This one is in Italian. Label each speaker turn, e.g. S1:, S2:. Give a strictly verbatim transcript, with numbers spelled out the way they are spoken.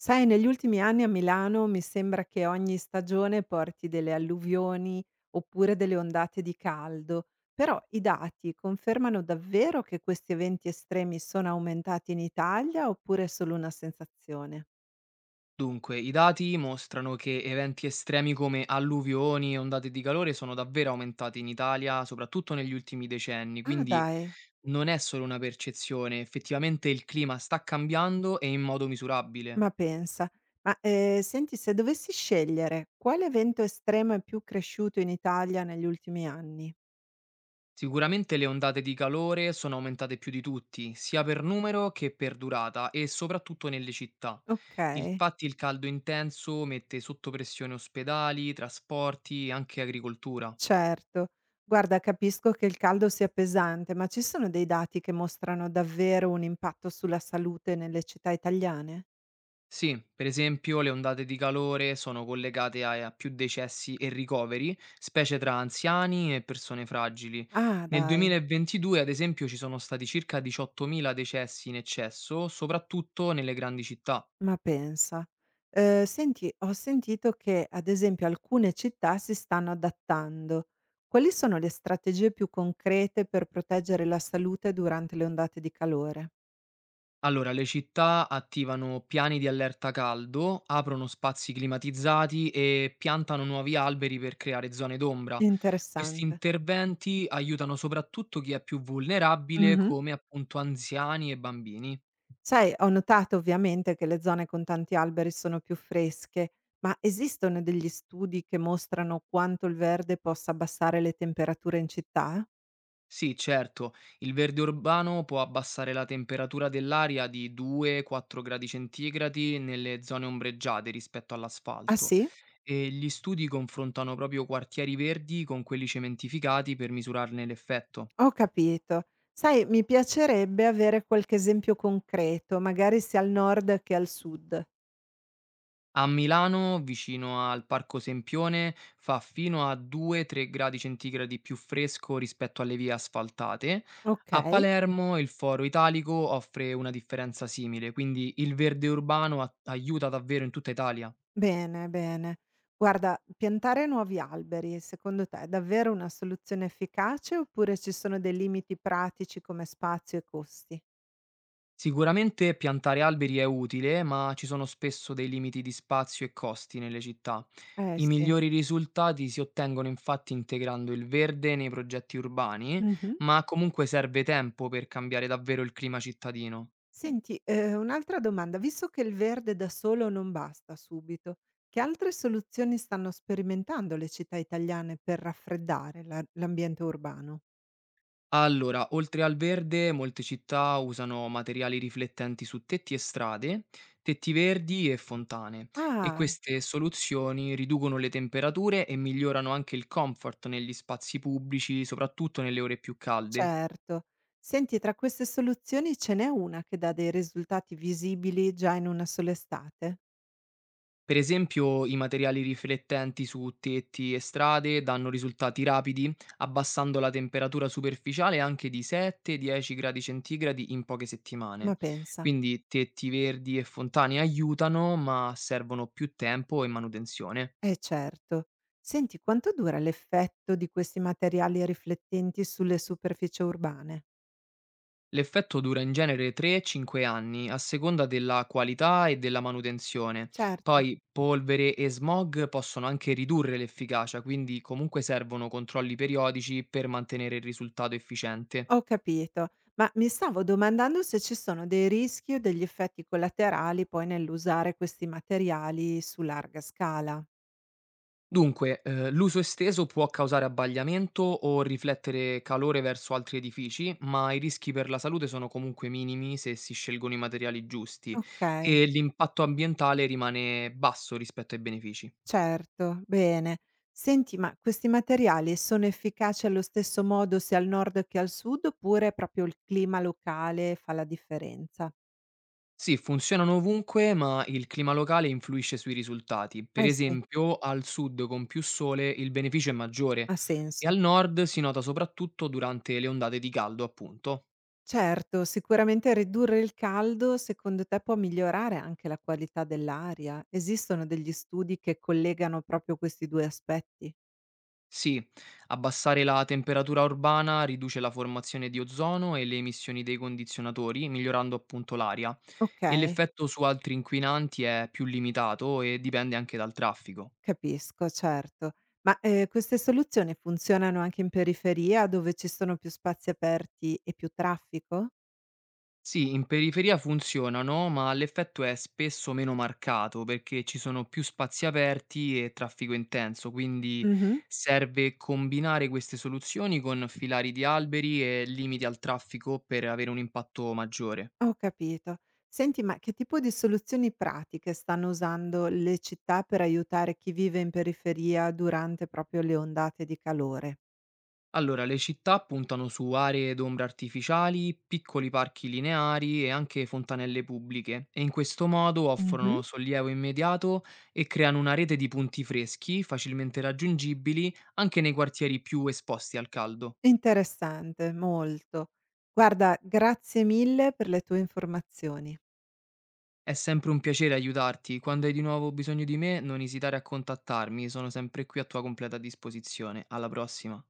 S1: Sai, negli ultimi anni a Milano mi sembra che ogni stagione porti delle alluvioni oppure delle ondate di caldo, però i dati confermano davvero che questi eventi estremi sono aumentati in Italia oppure è solo una sensazione?
S2: Dunque, i dati mostrano che eventi estremi come alluvioni e ondate di calore sono davvero aumentati in Italia, soprattutto negli ultimi decenni,
S1: Ah
S2: quindi
S1: dai,
S2: non è solo una percezione, effettivamente il clima sta cambiando e in modo misurabile.
S1: ma pensa, ma eh, senti, se dovessi scegliere quale evento estremo è più cresciuto in Italia negli ultimi anni?
S2: Sicuramente le ondate di calore sono aumentate più di tutti, sia per numero che per durata e soprattutto nelle città.
S1: Ok.
S2: Infatti il caldo intenso mette sotto pressione ospedali, trasporti e anche agricoltura.
S1: Certo. Guarda, capisco che il caldo sia pesante, ma ci sono dei dati che mostrano davvero un impatto sulla salute nelle città italiane?
S2: Sì, per esempio le ondate di calore sono collegate a a più decessi e ricoveri, specie tra anziani e persone fragili.
S1: Ah,
S2: Nel
S1: dai,
S2: duemilaventidue, ad esempio, ci sono stati circa diciottomila decessi in eccesso, soprattutto nelle grandi città.
S1: ma pensa. Ehm, senti, ho sentito che, ad esempio, alcune città si stanno adattando. Quali sono le strategie più concrete per proteggere la salute durante le ondate di calore?
S2: Allora, le città attivano piani di allerta caldo, aprono spazi climatizzati e piantano nuovi alberi per creare zone d'ombra. Questi
S1: Interessante.
S2: interventi aiutano soprattutto chi è più vulnerabile,
S1: Mh-mh.
S2: come appunto anziani e bambini.
S1: Sai, ho notato ovviamente che le zone con tanti alberi sono più fresche, ma esistono degli studi che mostrano quanto il verde possa abbassare le temperature in città?
S2: Sì, certo, il verde urbano può abbassare la temperatura dell'aria di da due a quattro gradi centigradi nelle zone ombreggiate rispetto
S1: Ah
S2: all'asfalto
S1: sì?
S2: e gli studi confrontano proprio quartieri verdi con quelli cementificati per misurarne l'effetto.
S1: Ho capito. Sai, mi piacerebbe avere qualche esempio concreto, magari sia al nord che al sud.
S2: A Milano, vicino al Parco Sempione, fa fino a da due a tre gradi centigradi più fresco rispetto alle vie asfaltate.
S1: Ok,
S2: A Palermo il Foro Italico offre una differenza simile, quindi il verde urbano a- aiuta davvero in tutta Italia.
S1: bene, bene. Guarda, piantare nuovi alberi, secondo te è davvero una soluzione efficace oppure ci sono dei limiti pratici come spazio e costi?
S2: Sicuramente piantare alberi è utile, ma ci sono spesso dei limiti di spazio e costi nelle città.
S1: Eh
S2: I
S1: sì.
S2: migliori risultati si ottengono infatti integrando il verde nei progetti urbani,
S1: Mhm.
S2: ma comunque serve tempo per cambiare davvero il clima cittadino.
S1: Senti, ehm, un'altra domanda: visto che il verde da solo non basta subito, che altre soluzioni stanno sperimentando le città italiane per raffreddare la l'ambiente urbano?
S2: Allora, oltre al verde, molte città usano materiali riflettenti su tetti e strade, tetti verdi e fontane, e
S1: Ah,
S2: queste soluzioni riducono le temperature e migliorano anche il comfort negli spazi pubblici, soprattutto nelle ore più calde.
S1: certo. Senti, tra queste soluzioni ce n'è una che dà dei risultati visibili già in una sola estate?
S2: Per esempio, i materiali riflettenti su tetti e strade danno risultati rapidi, abbassando la temperatura superficiale anche di da sette a dieci gradi centigradi in poche settimane.
S1: Ma pensa.
S2: Quindi tetti verdi e fontane aiutano, ma servono più tempo e manutenzione.
S1: Eh certo. Senti, quanto dura l'effetto di questi materiali riflettenti sulle superfici urbane?
S2: L'effetto dura in genere tre a cinque anni, a seconda della qualità e della manutenzione.
S1: Certo.
S2: Poi polvere e smog possono anche ridurre l'efficacia, quindi comunque servono controlli periodici per mantenere il risultato efficiente.
S1: Ho capito, ma mi stavo domandando se ci sono dei rischi o degli effetti collaterali poi nell'usare questi materiali su larga scala.
S2: Dunque, eh, l'uso esteso può causare abbagliamento o riflettere calore verso altri edifici, ma i rischi per la salute sono comunque minimi se si scelgono i materiali giusti
S1: Okay,
S2: e l'impatto ambientale rimane basso rispetto ai benefici.
S1: certo, bene. Senti, ma questi materiali sono efficaci allo stesso modo sia al nord che al sud, oppure proprio il clima locale fa la differenza?
S2: Sì, funzionano ovunque, ma il clima locale influisce sui risultati. Per
S1: Eh sì,
S2: esempio, al sud con più sole il beneficio è maggiore
S1: ha
S2: e
S1: senso.
S2: al nord si nota soprattutto durante le ondate di caldo, appunto.
S1: Certo, sicuramente ridurre il caldo secondo te può migliorare anche la qualità dell'aria? Esistono degli studi che collegano proprio questi due aspetti?
S2: Sì, abbassare la temperatura urbana riduce la formazione di ozono e le emissioni dei condizionatori, migliorando appunto l'aria, e
S1: Okay,
S2: l'effetto su altri inquinanti è più limitato e dipende anche dal traffico.
S1: capisco, certo. Ma, ehm, queste soluzioni funzionano anche in periferia dove ci sono più spazi aperti e più traffico?
S2: Sì, in periferia funzionano, ma l'effetto è spesso meno marcato perché ci sono più spazi aperti e traffico intenso, quindi
S1: Mh-mh,
S2: serve combinare queste soluzioni con filari di alberi e limiti al traffico per avere un impatto maggiore.
S1: ho capito. Senti, ma che tipo di soluzioni pratiche stanno usando le città per aiutare chi vive in periferia durante proprio le ondate di calore?
S2: Allora, le città puntano su aree d'ombra artificiali, piccoli parchi lineari e anche fontanelle pubbliche e in questo modo
S1: Mh-mh.
S2: offrono sollievo immediato e creano una rete di punti freschi facilmente raggiungibili anche nei quartieri più esposti al caldo.
S1: Interessante, molto. Guarda, grazie mille per le tue informazioni.
S2: È sempre un piacere aiutarti, quando hai di nuovo bisogno di me non esitare a contattarmi, sono sempre qui a tua completa disposizione. Alla prossima.